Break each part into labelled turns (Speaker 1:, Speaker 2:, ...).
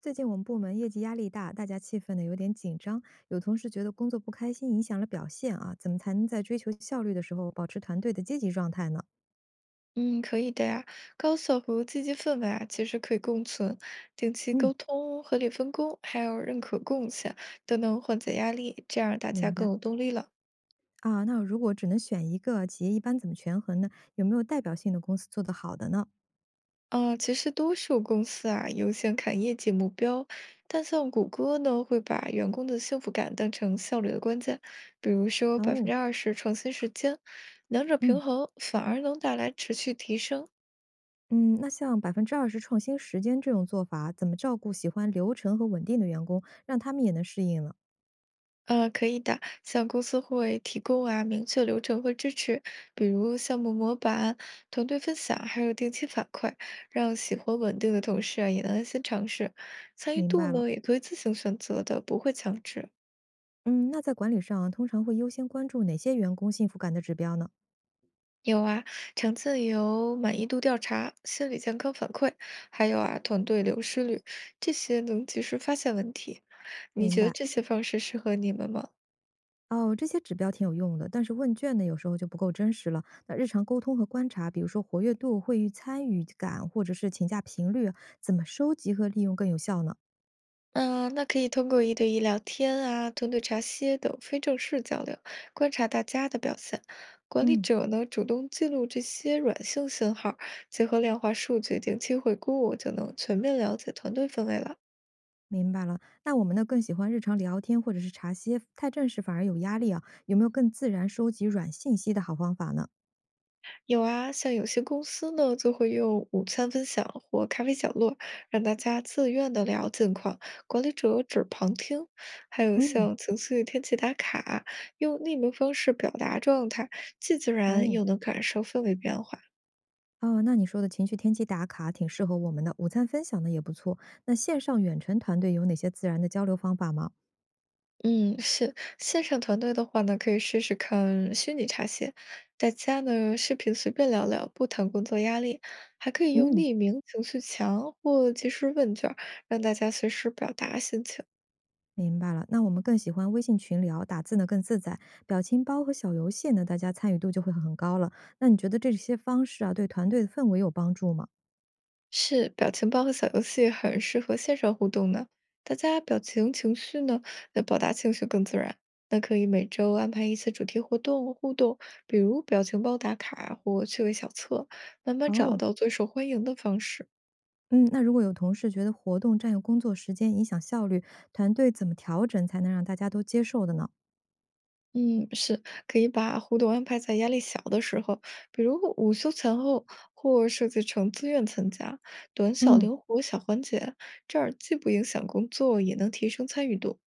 Speaker 1: 最近我们部门业绩压力大，大家气氛呢有点紧张，有同事觉得工作不开心影响了表现啊，怎么才能在追求效率的时候保持团队的积极状态呢？
Speaker 2: 嗯，可以的呀。高效和积极氛围啊，其实可以共存。定期
Speaker 1: 嗯，
Speaker 2: 沟通、合理分工，还有认可贡献，都能缓解压力，这样大家
Speaker 1: 明
Speaker 2: 更
Speaker 1: 白
Speaker 2: 有动力了。
Speaker 1: 啊。那如果只能选一个，企业一般怎么权衡呢？有没有代表性的公司做得好的呢？
Speaker 2: 嗯，其实多数公司啊，优先看业绩目标，但像谷歌呢，会把员工的幸福感当成效率的关键，比如说百
Speaker 1: 哦，
Speaker 2: 分之二十创新时间，两者平
Speaker 1: 嗯
Speaker 2: 衡反而能带来持续提升。
Speaker 1: 嗯，那像20%创新时间这种做法，怎么照顾喜欢流程和稳定的员工，让他们也能适应呢？
Speaker 2: 可以的，像公司会提供啊明确流程和支持，比如项目模板、团队分享，还有定期反馈，让喜欢稳定的同事啊也能安心尝试。参与
Speaker 1: 明
Speaker 2: 度
Speaker 1: 白了。
Speaker 2: 呢也可以自行选择的，不会强制。
Speaker 1: 嗯，那在管理上通常会优先关注哪些员工幸福感的指标呢？
Speaker 2: 有啊，常见有满意度调查、心理健康反馈，还有啊团队流失率，这些能及时发现问题。你
Speaker 1: 明
Speaker 2: 觉得
Speaker 1: 白。
Speaker 2: 这些方式适合你们吗？
Speaker 1: 哦，这些指标挺有用的，但是问卷呢，有时候就不够真实了。那日常沟通和观察，比如说活跃度、会议参与感，或者是请假频率，怎么收集和利用更有效呢？
Speaker 2: 嗯，那可以通过一对一聊天啊、团队茶歇等非正式交流，观察大家的表现。管理
Speaker 1: 嗯，
Speaker 2: 者呢，主动记录这些软性信号，结合量化数据定期回顾，就能全面了解团队氛围了。
Speaker 1: 明白了。那我们呢，更喜欢日常聊天或者是茶歇，太正式反而有压力啊。有没有更自然收集软信息的好方法呢？
Speaker 2: 有啊，像有些公司呢，就会用午餐分享或咖啡角落，让大家自愿的聊近况，管理者只旁听。还有
Speaker 1: 嗯，
Speaker 2: 像情绪天气打卡，用匿名方式表达状态，既自然
Speaker 1: 哦。
Speaker 2: 又能感受氛围变化。
Speaker 1: 哦，那你说的情绪天气打卡挺适合我们的，午餐分享的也不错。那线上远程团队有哪些自然的交流方法吗？
Speaker 2: 嗯，是。线上团队的话呢，可以试试看虚拟茶歇，大家呢视频随便聊聊，不谈工作压力，还可以用
Speaker 1: 嗯，
Speaker 2: 匿名、情绪墙或即时问卷儿，让大家随时表达心情。
Speaker 1: 明白了，那我们更喜欢微信群聊，打字呢更自在，表情包和小游戏呢，大家参与度就会很高了。那你觉得这些方式啊，对团队的氛围有帮助吗？
Speaker 2: 是，表情包和小游戏很适合线上互动呢。大家表情、情绪呢，那表达情绪更自然。那可以每周安排一次主题活动互动，比如表情包打卡或趣味小测，慢慢找
Speaker 1: 哦，
Speaker 2: 到最受欢迎的方式。
Speaker 1: 嗯，那如果有同事觉得活动占用工作时间，影响效率，团队怎么调整才能让大家都接受的呢？
Speaker 2: 嗯，是，可以把互动安排在压力小的时候，比如午休前后，或设计成自愿参加，短小
Speaker 1: 嗯，
Speaker 2: 灵活小环节，这儿既不影响工作，也能提升参与度。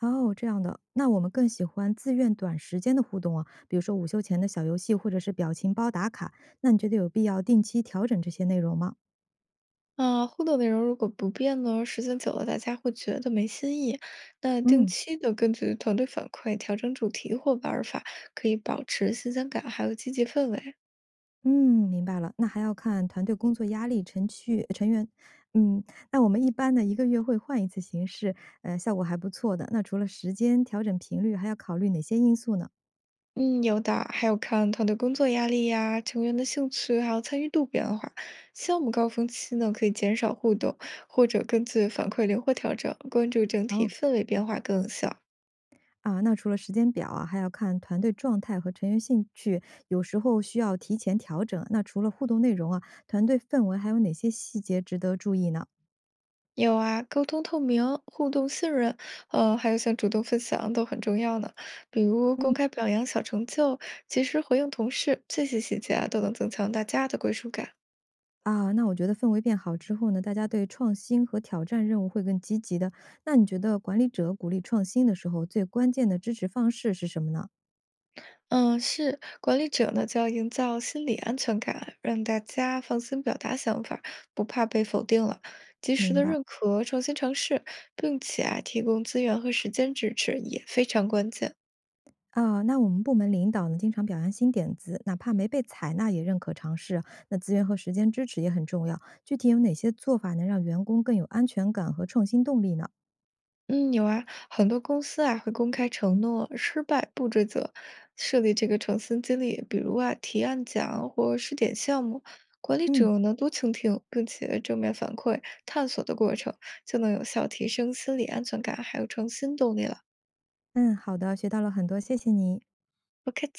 Speaker 1: 哦，这样的，那我们更喜欢自愿短时间的互动啊，比如说午休前的小游戏，或者是表情包打卡。那你觉得有必要定期调整这些内容吗？
Speaker 2: 啊，互动内容如果不变呢，时间久了大家会觉得没新意。那定
Speaker 1: 嗯。
Speaker 2: 期的根据团队反馈调整主题或玩儿法，可以保持新鲜感，还有积极氛围。
Speaker 1: 嗯，明白了，那还要看团队工作压力、程序成员，嗯，那我们一般呢一个月会换一次形式，效果还不错的。那除了时间调整频率，还要考虑哪些因素呢？
Speaker 2: 嗯，有的，还有看团队工作压力呀、成员的兴趣，还有参与度变化。项目高峰期呢，可以减少互动，或者根据反馈灵活调整，关注整体
Speaker 1: 哦，
Speaker 2: 氛围变化更有效。
Speaker 1: 啊，那除了时间表啊，还要看团队状态和成员兴趣，有时候需要提前调整。那除了互动内容啊，团队氛围还有哪些细节值得注意呢？
Speaker 2: 有啊，沟通透明、互动信任，还有像主动分享都很重要呢。比如公
Speaker 1: 嗯
Speaker 2: 开表扬小成就，及时回应同事，这些细节啊，都能增强大家的归属感。
Speaker 1: 啊，那我觉得氛围变好之后呢，大家对创新和挑战任务会更积极的。那你觉得管理者鼓励创新的时候，最关键的支持方式是什么呢？
Speaker 2: 嗯，是管理者呢，就要营造心理安全感，让大家放心表达想法儿不怕被否定了。及时
Speaker 1: 明
Speaker 2: 的
Speaker 1: 白。
Speaker 2: 认可，重新尝试，并且啊，提供资源和时间支持也非常关键。
Speaker 1: 啊，那我们部门领导呢，经常表扬新点子，哪怕没被采纳也认可尝试啊。那资源和时间支持也很重要。具体有哪些做法能让员工更有安全感和创新动力呢？
Speaker 2: 嗯，有啊，很多公司啊会公开承诺，失败不追责，设立这个诚新激励，比如啊提案奖或试点项目。管理
Speaker 1: 嗯
Speaker 2: 者呢多倾听，并且正面反馈探索的过程，就能有效提升心理安全感，还有创新动力了。
Speaker 1: 嗯，好的，学到了很多，谢谢你。
Speaker 2: 不客气。